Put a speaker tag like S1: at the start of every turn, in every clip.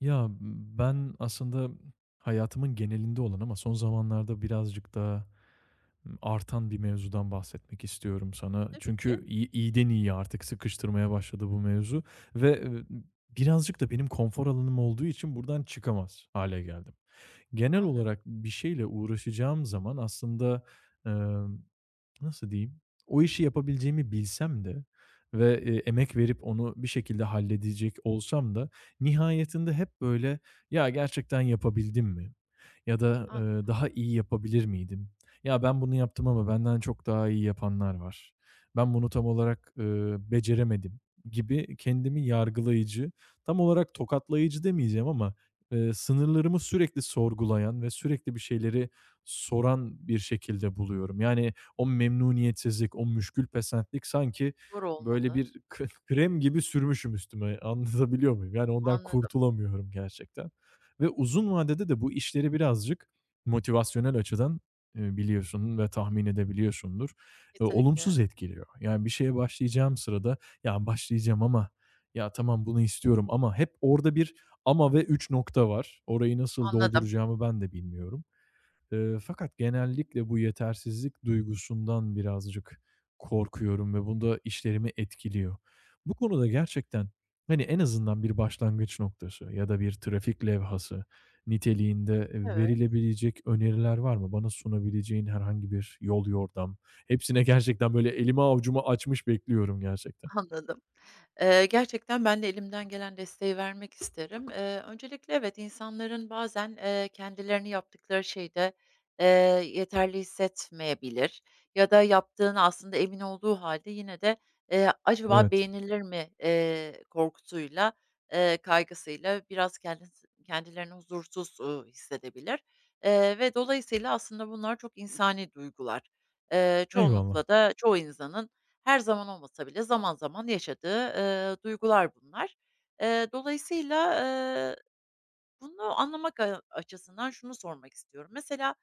S1: Ya, ben aslında hayatımın genelinde olan ama son zamanlarda birazcık daha artan bir mevzudan bahsetmek istiyorum sana.
S2: Tabii ki.
S1: Çünkü iyiden iyiye artık sıkıştırmaya başladı bu mevzu ve birazcık da benim konfor alanım olduğu için buradan çıkamaz hale geldim. Genel olarak
S2: Anladım,
S1: bir şeyle uğraşacağım zaman aslında, nasıl diyeyim? O işi yapabileceğimi bilsem de ve emek verip onu bir şekilde halledecek olsam da nihayetinde hep böyle, "Ya, gerçekten yapabildim mi?" ya da
S2: anladım.
S1: "Daha iyi yapabilir miydim?" "Ya, ben bunu yaptım ama benden çok daha iyi yapanlar var. Ben bunu tam olarak beceremedim." gibi kendimi yargılayıcı, tam olarak tokatlayıcı demeyeceğim ama sınırlarımı sürekli sorgulayan ve sürekli bir şeyleri soran bir şekilde buluyorum. Yani, o memnuniyetsizlik, o müşkül pesentlik sanki
S2: Zor
S1: böyle
S2: olmalı.
S1: bir krem gibi sürmüşüm üstüme. Anlatabiliyor muyum? Yani ondan
S2: Anladım.
S1: kurtulamıyorum gerçekten ve uzun vadede de bu işleri birazcık motivasyonel açıdan, biliyorsun ve tahmin edebiliyorsundur,
S2: Kesinlikle.
S1: olumsuz etkiliyor. Yani bir şeye başlayacağım sırada, "Ya, başlayacağım ama ya, tamam bunu istiyorum ama" hep orada bir ama ve 3 nokta var. Orayı nasıl
S2: Anladım.
S1: dolduracağımı ben de bilmiyorum. Fakat genellikle bu yetersizlik duygusundan birazcık korkuyorum ve bunda işlerimi etkiliyor. Bu konuda gerçekten, hani, en azından bir başlangıç noktası ya da bir trafik levhası niteliğinde
S2: Evet,
S1: verilebilecek öneriler var mı? Bana sunabileceğin herhangi bir yol yordam. Hepsine gerçekten böyle elimi avucumu açmış bekliyorum gerçekten.
S2: anladım. Gerçekten ben de elimden gelen desteği vermek isterim. Öncelikle evet, insanların bazen, kendilerini yaptıkları şeyde, eee, yeterli hissetmeyebilir ya da yaptığını aslında emin olduğu halde yine de, acaba
S1: Evet.
S2: beğenilir mi, korkusuyla, kaygısıyla biraz kendilerini huzursuz, hissedebilir, ve dolayısıyla aslında bunlar çok insani duygular.
S1: Eyvallah.
S2: Çoğunlukla da çoğu insanın her zaman olmasa bile zaman zaman yaşadığı, duygular bunlar. Dolayısıyla, bunu anlamak açısından şunu sormak istiyorum. Mesela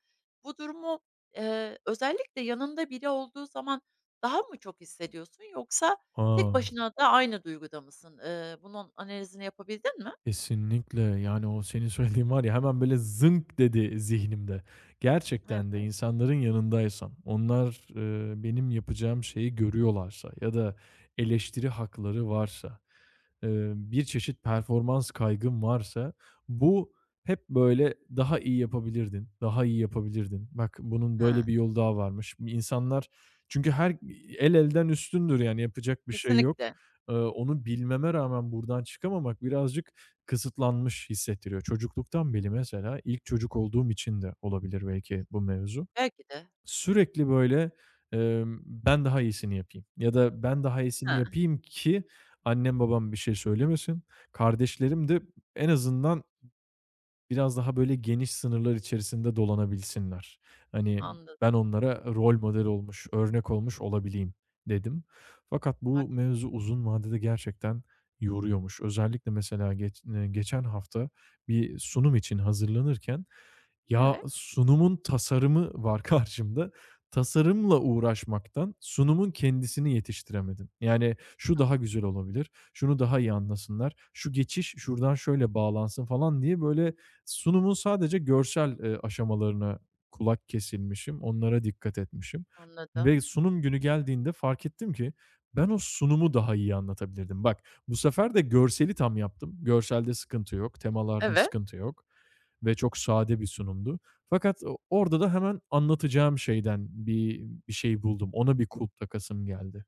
S2: bu durumu, özellikle yanında biri olduğu zaman daha mı çok hissediyorsun yoksa tek
S1: A!
S2: başına da aynı duyguda mısın? Bunun analizini yapabildin mi?
S1: Kesinlikle. Yani, o senin söylediğin var ya, hemen böyle zınk dedi zihnimde. Gerçekten de
S2: Evet.
S1: insanların yanındaysam, onlar, benim yapacağım şeyi görüyorlarsa ya da eleştiri hakları varsa, bir çeşit performans kaygım varsa bu hep böyle daha iyi yapabilirdin, daha iyi yapabilirdin, bak bunun
S2: Hıı.
S1: böyle bir yolu daha varmış. İnsanlar çünkü her el elden üstündür yani yapacak bir şey yok.
S2: Kesinlikle.
S1: Onu bilmeme rağmen buradan çıkamamak birazcık kısıtlanmış hissettiriyor. Çocukluktan beri mesela, ilk çocuk olduğum için de olabilir belki bu mevzu.
S2: Belki de.
S1: Sürekli böyle, emm, ben daha iyisini yapayım ya da ben daha iyisini
S2: Hıı.
S1: yapayım ki annem babam bir şey söylemesin. Kardeşlerim de en azından biraz daha böyle geniş sınırlar içerisinde dolanabilsinler. Hani
S2: Anladım.
S1: ben onlara rol model olmuş, örnek olmuş olabileyim dedim. Fakat
S2: Hak
S1: bu mevzu uzun vadede gerçekten yoruyormuş. Özellikle mesela geçen hafta bir sunum için hazırlanırken ya
S2: evet.
S1: sunumun tasarımı var karşımda. Tasarımla uğraşmaktan sunumun kendisini yetiştiremedim. Yani şu daha
S2: Hıı.
S1: güzel olabilir, şunu daha iyi anlasınlar, şu geçiş şuradan şöyle bağlansın falan diye böyle sunumun sadece görsel, aşamalarına kulak kesilmişim, onlara dikkat etmişim ve
S2: Anladım.
S1: sunum günü geldiğinde fark ettim ki ben o sunumu daha iyi anlatabilirdim. Bak, bu sefer de görseli tam yaptım. Görselde sıkıntı yok, temalarda
S2: Evet.
S1: sıkıntı yok ve çok sade bir sunumdu. Fakat o orada da hemen anlatacağım şeyden bir şey buldum. Ona bir kulp takasım geldi.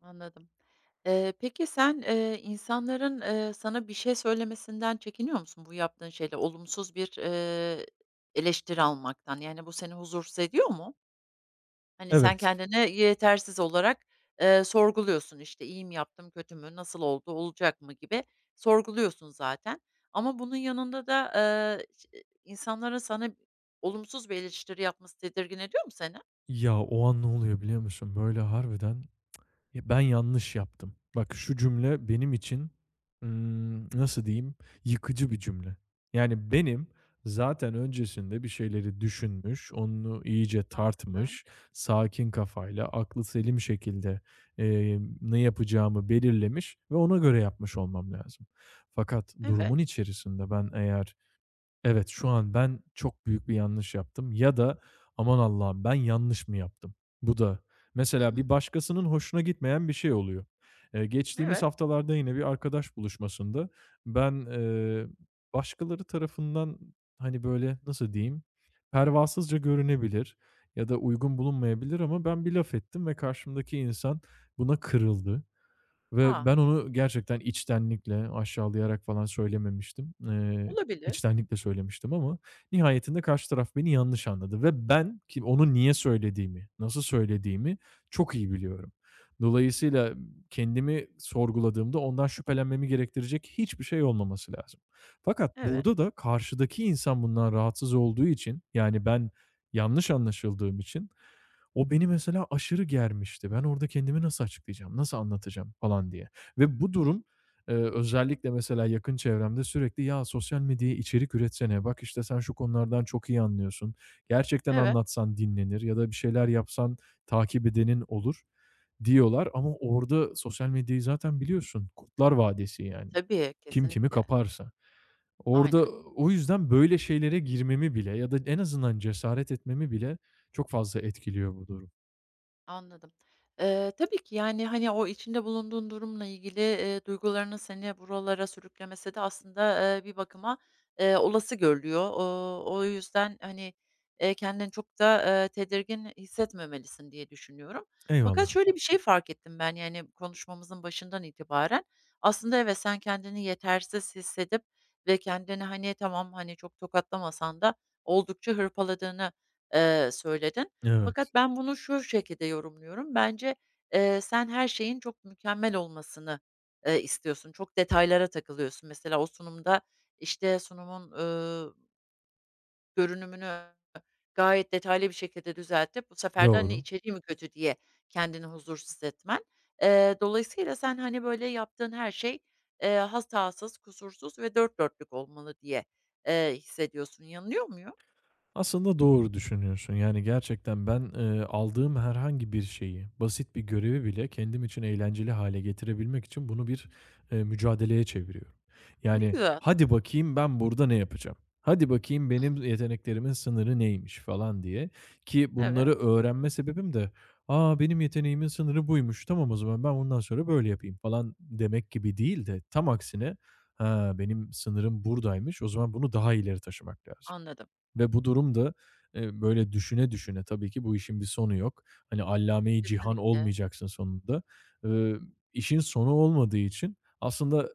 S2: Anladım. Peki sen, insanların, sana bir şey söylemesinden çekiniyor musun? Bu yaptığın şeyle olumsuz bir, eleştiri almaktan. Yani bu seni huzursuz ediyor mu? Hani sen
S1: Evet.
S2: kendine yetersiz olarak, sorguluyorsun. İşte iyi mi yaptım, kötü mü, nasıl oldu, olacak mı gibi sorguluyorsun zaten. Ama bunun yanında da, ş insanların sana olumsuz bir eleştiri yapması tedirgin ediyor mu seni?
S1: Ya, o an ne oluyor biliyor musun? Böyle harbiden ya, ben yanlış yaptım. Bak şu cümle benim için, nasıl diyeyim, yıkıcı bir cümle. Yani benim zaten öncesinde bir şeyleri düşünmüş, onu iyice
S2: Anladım.
S1: tartmış, sakin kafayla, aklı selim şekilde, ne yapacağımı belirlemiş ve ona göre yapmış olmam lazım. Fakat
S2: Evet.
S1: durumun içerisinde ben eğer evet, şu an ben çok büyük bir yanlış yaptım ya da aman Allah'ım ben yanlış mı yaptım? Bu da mesela bir
S2: Hımm.
S1: başkasının hoşuna gitmeyen bir şey oluyor. Geçtiğimiz
S2: Evet.
S1: haftalarda yine bir arkadaş buluşmasında ben, başkaları tarafından, hani, böyle, nasıl diyeyim, pervasızca görünebilir ya da uygun bulunmayabilir ama ben bir laf ettim ve karşımdaki insan buna kırıldı. Ve
S2: A!
S1: ben onu gerçekten içtenlikle, aşağılayarak falan söylememiştim.
S2: Olabilir.
S1: İçtenlikle söylemiştim ama nihayetinde karşı taraf beni yanlış anladı ve ben ki onu niye söylediğimi, nasıl söylediğimi çok iyi biliyorum. Dolayısıyla kendimi sorguladığımda ondan şüphelenmemi gerektirecek hiçbir şey olmaması lazım. Fakat
S2: Evet.
S1: burada da karşıdaki insan bundan rahatsız olduğu için, yani ben yanlış anlaşıldığım için o beni mesela aşırı germişti. Ben orada kendimi nasıl açıklayacağım, nasıl anlatacağım falan diye ve bu
S2: Hımm.
S1: durum, özellikle mesela yakın çevremde sürekli "Ya, sosyal medyaya içerik üretsene, bak, işte, sen şu konulardan çok iyi anlıyorsun, gerçekten
S2: Evet.
S1: anlatsan dinlenir ya da bir şeyler yapsan takip edenin olur." diyorlar ama orada sosyal medyayı zaten biliyorsun, Kurtlar Vadisi yani.
S2: Tabii,
S1: Kim kimi
S2: kesinlikle.
S1: kaparsa. Orada
S2: Aynen.
S1: o yüzden böyle şeylere girmemi bile ya da en azından cesaret etmemi bile çok fazla etkiliyor bu durum.
S2: Anladım. Tabii ki, yani, hani, o içinde bulunduğun durumla ilgili, duygularının seni buralara sürüklemesi de aslında, bir bakıma, olası görülüyor. O yüzden, hani, kendini çok da, tedirgin hissetmemelisin diye düşünüyorum. Fakat
S1: Eyvallah.
S2: şöyle bir şey fark ettim ben, yani, konuşmamızın başından itibaren. Aslında evet, sen kendini yetersiz hissedip ve kendini, hani, tamam, hani, çok tokatlamasan da oldukça hırpaladığını, söyledin.
S1: Evet,
S2: Fakat ben bunu şu şekilde yorumluyorum. Bence, sen her şeyin çok mükemmel olmasını, istiyorsun. Çok detaylara takılıyorsun. Mesela o sunumda, işte, sunumun, görünümünü gayet detaylı bir şekilde düzeltip bu sefer de, hani,
S1: doğru.
S2: içeriği mi kötü diye kendini huzursuz etmen. Dolayısıyla sen, hani, böyle yaptığın her şey, hatasız, kusursuz ve dört dörtlük olmalı diye, hissediyorsun. Yanılıyor muyum?
S1: Aslında doğru düşünüyorsun. Yani gerçekten ben, aldığım herhangi bir şeyi, basit bir görevi bile kendim için eğlenceli hale getirebilmek için bunu bir, mücadeleye çeviriyorum.
S2: Ne
S1: Yani,
S2: güzel
S1: "Hadi
S2: aslında.
S1: bakayım ben burada ne yapacağım? Hadi bakayım benim
S2: Hımm.
S1: yeteneklerimin sınırı neymiş?" falan diye ki
S2: Evet,
S1: bunları öğrenme sebebim de, aa benim yeteneğimin sınırı buymuş. Tamam o zaman ben bundan sonra böyle yapayım." falan demek gibi değil de tam aksine, "Ha, benim sınırım buradaymış. O zaman bunu daha ileri taşımak lazım."
S2: anladım.
S1: Ve bu durum da, böyle düşüne düşüne tabii ki bu işin bir sonu yok. Hani allame-i cihan
S2: Kesinlikle.
S1: olmayacaksın sonunda. Eee, işin sonu olmadığı için aslında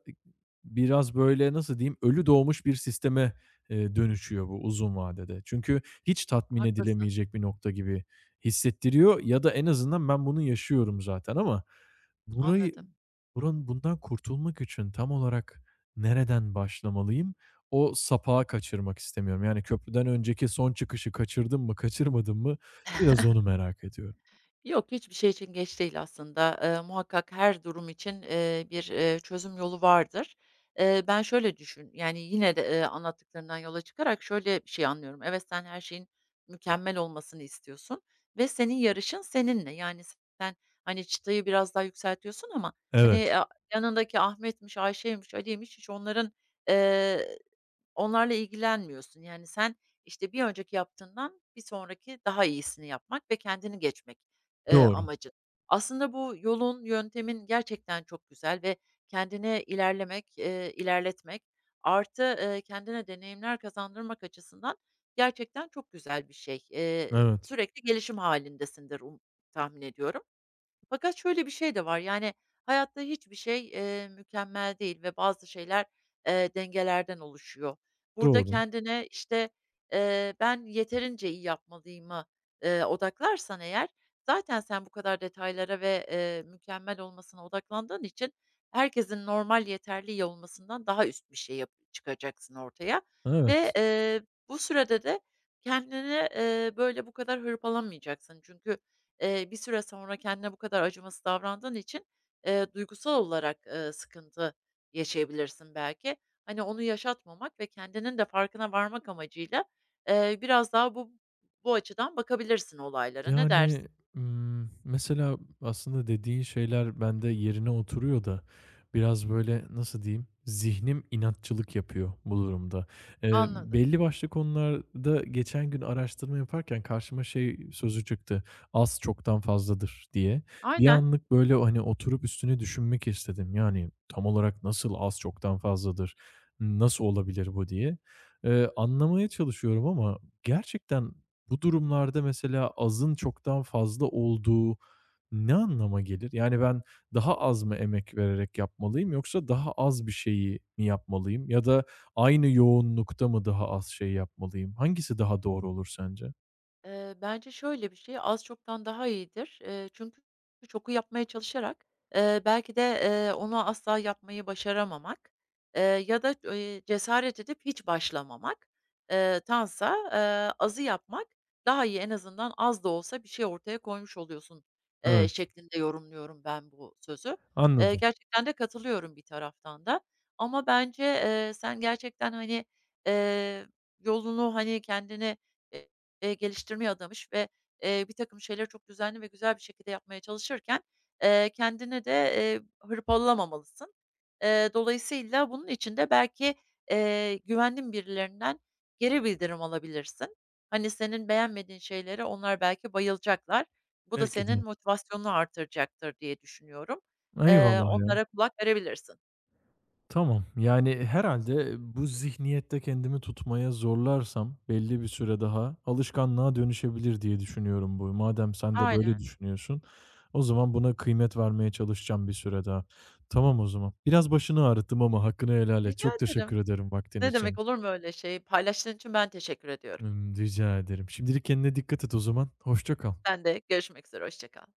S1: biraz böyle, nasıl diyeyim, ölü doğmuş bir sisteme, dönüşüyor bu uzun vadede. Çünkü hiç tatmin
S2: Haklısın,
S1: edilemeyecek bir nokta gibi hissettiriyor ya da en azından ben bunu yaşıyorum zaten ama burayı
S2: anladım.
S1: buranın bundan kurtulmak için tam olarak nereden başlamalıyım? O sapağı kaçırmak istemiyorum. Yani köprüden önceki son çıkışı kaçırdım mı, kaçırmadım mı biraz onu merak ediyorum.
S2: Yok, hiçbir şey için geç değil aslında. Muhakkak her durum için, bir, çözüm yolu vardır. Ben şöyle düşün yani yine de, anlattıklarından yola çıkarak şöyle bir şey anlıyorum. Evet, sen her şeyin mükemmel olmasını istiyorsun ve senin yarışın seninle. Yani sen, hani, çıtayı biraz daha yükseltiyorsun ama, hani,
S1: Evet.
S2: yanındaki Ahmet'miş, Ayşe'ymiş, Ali'ymiş hiç onların, onlarla ilgilenmiyorsun. Yani, sen, işte, bir önceki yaptığından bir sonraki daha iyisini yapmak ve kendini geçmek,
S1: Doğru.
S2: amacın. Aslında bu yolun, yöntemin gerçekten çok güzel ve kendine ilerlemek, ilerletmek artı, kendine deneyimler kazandırmak açısından gerçekten çok güzel bir şey.
S1: Evet.
S2: Sürekli gelişim halindesindir tahmin ediyorum. Fakat şöyle bir şey de var, yani, hayatta hiçbir şey, mükemmel değil ve bazı şeyler, dengelerden oluşuyor. Burada
S1: Doğru.
S2: kendine, işte, "Ben yeterince iyi yapmalıyım"a, odaklarsan eğer zaten sen bu kadar detaylara ve, mükemmel olmasına odaklandığın için herkesin normal yeterli iyi olmasından daha üst bir şey yap çıkacaksın ortaya ve,
S1: Evet.
S2: bu sürede de kendini, böyle, bu kadar hırpalamayacaksın. Çünkü, bir süre sonra kendine bu kadar acımasız davrandığın için, duygusal olarak, sıkıntı yaşayabilirsin belki. Hani, onu yaşatmamak ve kendinin de farkına varmak amacıyla, biraz daha bu açıdan bakabilirsin olaylara. Ne
S1: Yani,
S2: dersin?
S1: mesela aslında dediğin şeyler bende yerine oturuyor da biraz böyle, nasıl diyeyim, zihnim inatçılık yapıyor bu durumda. Eee,
S2: Anladım.
S1: belli başlı konularda geçen gün araştırma yaparken karşıma şey sözü çıktı, "Az çoktan fazladır." diye. Bir
S2: Aynen.
S1: anlık böyle, hani, oturup üstüne düşünmek istedim. Yani, tam olarak nasıl az çoktan fazladır, nasıl olabilir bu diye. Anlamaya çalışıyorum ama gerçekten bu durumlarda mesela azın çoktan fazla olduğu ne anlama gelir? Yani ben daha az mı emek vererek yapmalıyım yoksa daha az bir şeyi mi yapmalıyım ya da aynı yoğunlukta mı daha az şey yapmalıyım? Hangisi daha doğru olur sence?
S2: Bence şöyle bir şey, az çoktan daha iyidir. Çünkü çoku yapmaya çalışarak, belki de, onu asla yapmayı başaramamak, ya da, cesaret edip hiç başlamamak, tansa, azı yapmak daha iyi. En azından az da olsa bir şey ortaya koymuş oluyorsun,
S1: Evet,
S2: şeklinde yorumluyorum ben bu sözü.
S1: anladım.
S2: Gerçekten de katılıyorum bir taraftan da ama bence, sen gerçekten, hani, eee, yolunu, hani, kendini, geliştirmeye adamış ve, bir takım şeyleri çok düzenli ve güzel bir şekilde yapmaya çalışırken, kendini de, hırpalamamalısın. Dolayısıyla bunun için de belki, güvendiğin birilerinden geri bildirim alabilirsin. Hani, senin beğenmediğin şeylere onlar belki bayılacaklar. Bu da
S1: Belki
S2: senin
S1: de.
S2: motivasyonunu artıracaktır diye düşünüyorum.
S1: Eyvallah ya.
S2: Onlara kulak verebilirsin.
S1: Tamam. Yani herhalde bu zihniyette kendimi tutmaya zorlarsam belli bir süre daha alışkanlığa dönüşebilir diye düşünüyorum bu. Madem sen de böyle
S2: Aynen.
S1: düşünüyorsun, o zaman buna kıymet vermeye çalışacağım bir süre daha. Tamam o zaman. Biraz başını ağrıttım ama hakkını helal et.
S2: Rica
S1: Çok teşekkür
S2: ederim.
S1: ederim vaktin
S2: Ne demek,
S1: için.
S2: olur mu öyle şey? Paylaştığın için ben teşekkür ediyorum.
S1: Rica ederim. Şimdilik kendine dikkat et o zaman. Hoşça kal.
S2: Ben de. Görüşmek üzere, hoşça kal.